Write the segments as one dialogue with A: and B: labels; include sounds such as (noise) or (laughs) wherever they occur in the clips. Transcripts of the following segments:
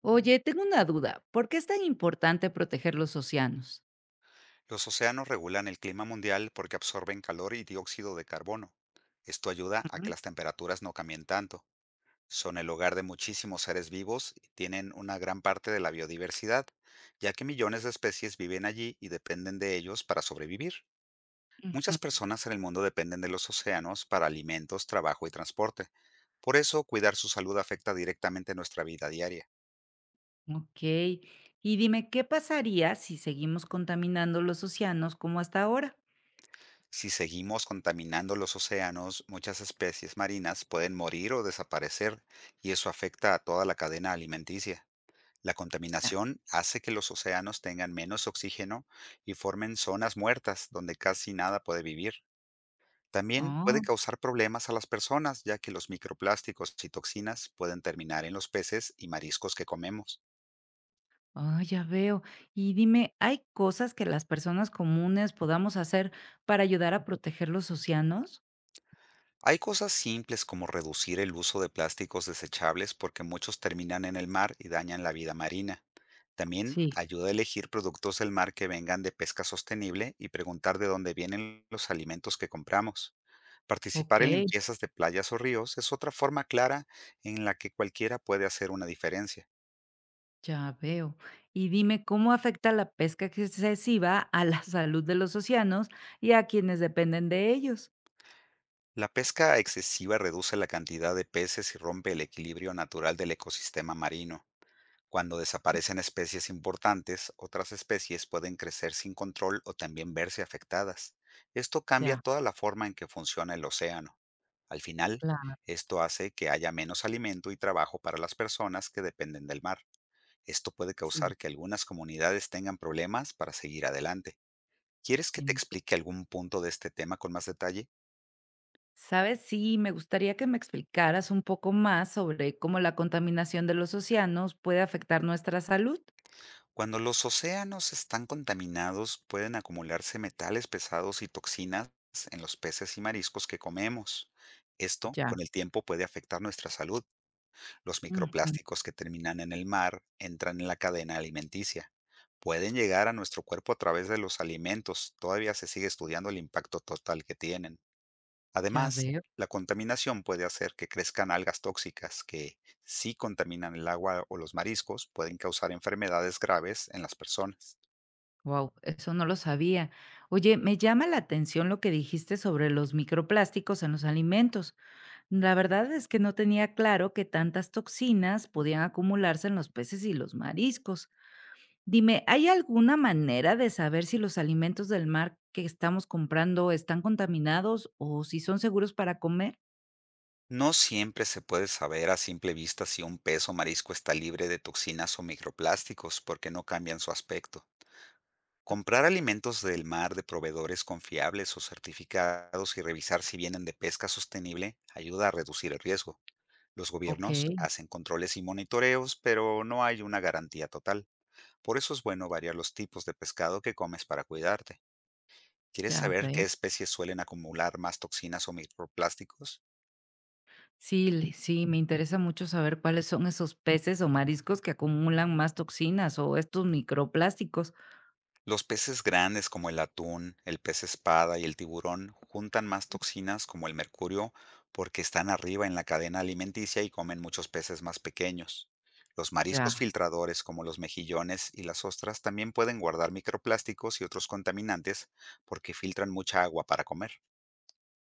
A: Oye, tengo una duda. ¿Por qué es tan importante proteger los océanos?
B: Los océanos regulan el clima mundial porque absorben calor y dióxido de carbono. Esto ayuda a que
A: Ujú,
B: las temperaturas no cambien tanto. Son el hogar de muchísimos seres vivos y tienen una gran parte de la biodiversidad, ya que millones de especies viven allí y dependen de ellos para sobrevivir.
A: ujú.
B: Muchas personas en el mundo dependen de los océanos para alimentos, trabajo y transporte. Por eso, cuidar su salud afecta directamente nuestra vida diaria.
A: Ok. Y dime, ¿qué pasaría si seguimos contaminando los océanos como hasta ahora?
B: Si seguimos contaminando los océanos, muchas especies marinas pueden morir o desaparecer, y eso afecta a toda la cadena alimenticia. La
A: Ya.
B: contaminación hace que los océanos tengan menos oxígeno y formen zonas muertas donde casi nada puede vivir. También puede
A: Oh,
B: causar problemas a las personas, ya que los microplásticos y toxinas pueden terminar en los peces y mariscos que comemos.
A: ah, ya veo. Y dime, ¿hay cosas que las personas comunes podamos hacer para ayudar a proteger los océanos?
B: Hay cosas simples como reducir el uso de plásticos desechables porque muchos terminan en el mar y dañan la vida marina. También
A: Sí,
B: ayuda a elegir productos del mar que vengan de pesca sostenible y preguntar de dónde vienen los alimentos que compramos.
A: ok,
B: Participar en limpiezas de playas o ríos es otra forma clara en la que cualquiera puede hacer una diferencia.
A: ya veo. Y dime, ¿cómo afecta la pesca excesiva a la (laughs) salud de los océanos y a quienes dependen de ellos?
B: La pesca excesiva reduce la cantidad de peces y rompe el equilibrio natural del ecosistema marino. Cuando desaparecen especies importantes, otras especies pueden crecer sin control o también verse afectadas. Esto cambia
A: Ya.
B: toda la forma en que funciona el océano. Al final,
A: Claro.
B: esto hace que haya menos alimento y trabajo para las personas que dependen del mar. Esto puede
A: Sí,
B: causar que algunas comunidades tengan problemas para seguir adelante. ¿Quieres que te
A: en
B: explique algún punto de este tema con más detalle?
A: ¿sabes? Sí, me gustaría que me explicaras un poco más sobre cómo la contaminación de los océanos puede afectar nuestra salud.
B: Cuando los océanos están contaminados, pueden acumularse metales pesados y toxinas en los peces y mariscos que comemos. Esto,
A: Ya,
B: con el tiempo, puede afectar nuestra salud. Los
A: ujú,
B: microplásticos que terminan en el mar entran en la cadena alimenticia. Pueden llegar a nuestro cuerpo a través de los alimentos. Todavía se sigue estudiando el impacto total que tienen.
A: ya
B: Además,
A: veo.
B: la contaminación puede hacer que crezcan algas tóxicas que, si contaminan el agua o los mariscos, pueden causar enfermedades graves en las personas.
A: Wow, eso no lo sabía. Oye, me llama la atención lo que dijiste sobre los microplásticos en los alimentos. La verdad es que no tenía claro que tantas toxinas podían acumularse en los peces y los mariscos. Dime, ¿hay alguna manera de saber si los alimentos del mar que estamos comprando están contaminados o si son seguros para comer?
B: No siempre se puede saber a simple vista si un pez o marisco está libre de toxinas o microplásticos porque no cambian su aspecto. Comprar alimentos del mar de proveedores confiables o certificados y revisar si vienen de pesca sostenible ayuda a reducir el riesgo. Los
A: Ok,
B: gobiernos hacen controles y monitoreos, pero no hay una garantía total. Por eso es bueno variar los tipos de pescado que comes para cuidarte. ¿Quieres
A: ya
B: saber
A: veo.
B: qué especies suelen acumular más toxinas o microplásticos?
A: Sí, me interesa mucho saber cuáles son esos peces o mariscos que acumulan más toxinas o estos microplásticos.
B: Los peces grandes como el atún, el pez espada y el tiburón juntan más toxinas como el mercurio porque están arriba en la cadena alimenticia y comen muchos peces más pequeños. Los mariscos
A: Ya,
B: filtradores como los mejillones y las ostras también pueden guardar microplásticos y otros contaminantes porque filtran mucha agua para comer.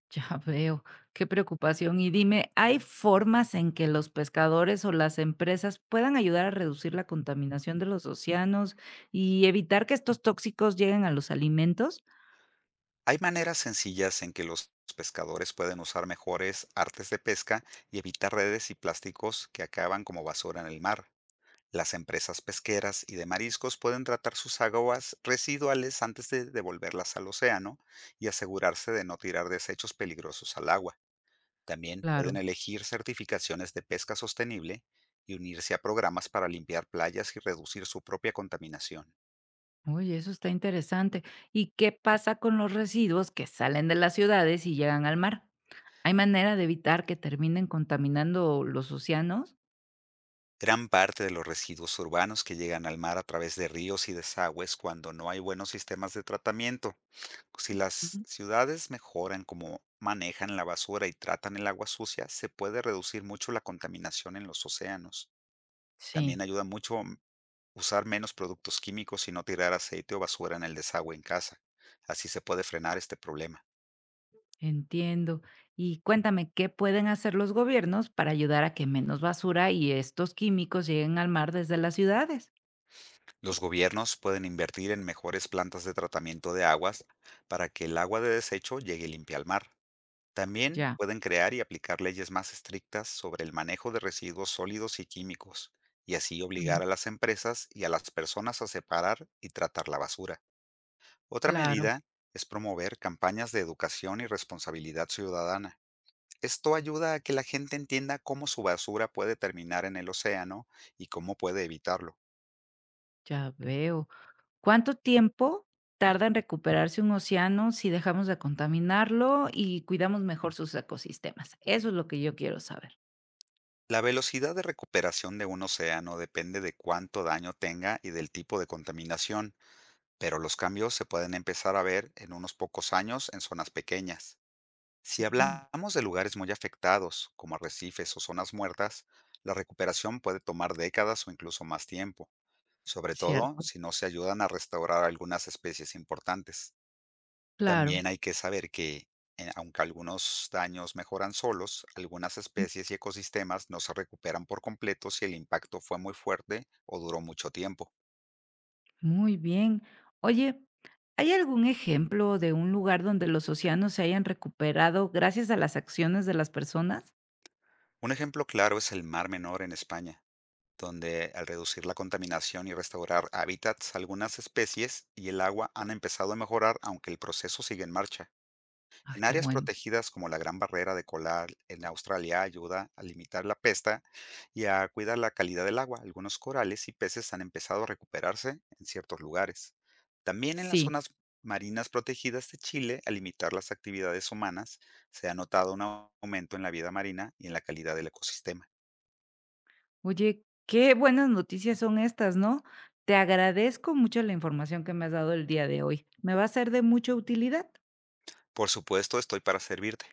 A: ya veo. Qué preocupación. Y dime, ¿hay formas en que los pescadores o las empresas puedan ayudar a reducir la contaminación de los océanos y evitar que estos tóxicos lleguen a los alimentos?
B: Hay maneras sencillas en que los pescadores pueden usar mejores artes de pesca y evitar redes y plásticos que acaban como basura en el mar. Las empresas pesqueras y de mariscos pueden tratar sus aguas residuales antes de devolverlas al océano y asegurarse de no tirar desechos peligrosos al agua. También pueden
A: Claro.
B: elegir certificaciones de pesca sostenible y unirse a programas para limpiar playas y reducir su propia contaminación.
A: Oye, eso está interesante. ¿Y qué pasa con los residuos que salen de las ciudades y llegan al mar? ¿Hay manera de evitar que terminen contaminando los océanos?
B: Gran parte de los residuos urbanos que llegan al mar a través de ríos y desagües cuando no hay buenos sistemas de tratamiento. Si las
A: Ujú.
B: ciudades mejoran cómo manejan la basura y tratan el agua sucia, se puede reducir mucho la contaminación en los océanos. También
A: Sí,
B: ayuda usar menos productos químicos y no tirar aceite o basura en el desagüe en casa. Así se puede frenar este problema.
A: entiendo. Y cuéntame, ¿qué pueden hacer los gobiernos para ayudar a que menos basura y estos químicos lleguen al mar desde las ciudades?
B: Los gobiernos pueden invertir en mejores plantas de tratamiento de aguas para que el agua de desecho llegue limpia al mar. También
A: Ya,
B: pueden crear y aplicar leyes más estrictas sobre el manejo de residuos sólidos y químicos, y así
A: mm,
B: obligar a las empresas y a las personas a separar y tratar la basura. Otra
A: claro,
B: medida es promover campañas de educación y responsabilidad ciudadana. Esto ayuda a que la gente entienda cómo su basura puede terminar en el océano y cómo puede evitarlo.
A: ya veo. ¿Cuánto tiempo tarda en recuperarse un océano si dejamos de contaminarlo y cuidamos mejor sus ecosistemas? Eso es lo que yo quiero saber.
B: La velocidad de recuperación de un océano depende de cuánto daño tenga y del tipo de contaminación, pero los cambios se pueden empezar a ver en unos pocos años en zonas pequeñas. Si
A: Mm,
B: hablamos de lugares muy afectados, como arrecifes o zonas muertas, la recuperación puede tomar décadas o incluso más tiempo, sobre todo
A: cierto,
B: si no se ayudan a restaurar algunas especies importantes.
A: claro.
B: También hay que saber que, aunque algunos daños mejoran solos, algunas
A: Mm,
B: especies y ecosistemas no se recuperan por completo si el impacto fue muy fuerte o duró mucho tiempo.
A: muy bien. Oye, ¿hay algún ejemplo de un lugar donde los océanos se hayan recuperado gracias a las acciones de las personas?
B: Un ejemplo claro es el Mar Menor en España, donde al reducir la contaminación y restaurar hábitats, algunas especies y el agua han empezado a mejorar, aunque el proceso sigue en marcha.
A: Ay,
B: En
A: qué
B: áreas
A: bueno.
B: protegidas como la Gran Barrera de Coral en Australia ayuda a limitar la pesta y a cuidar la calidad del agua. Algunos corales y peces han empezado a recuperarse en ciertos lugares. También en las
A: Sí,
B: zonas marinas protegidas de Chile, al limitar las actividades humanas, se ha notado un aumento en la vida marina y en la calidad del ecosistema.
A: oye, qué buenas noticias son estas, ¿no? Te agradezco mucho la información que me has dado el día de hoy. Me va a ser de mucha utilidad.
B: Por supuesto, estoy para servirte.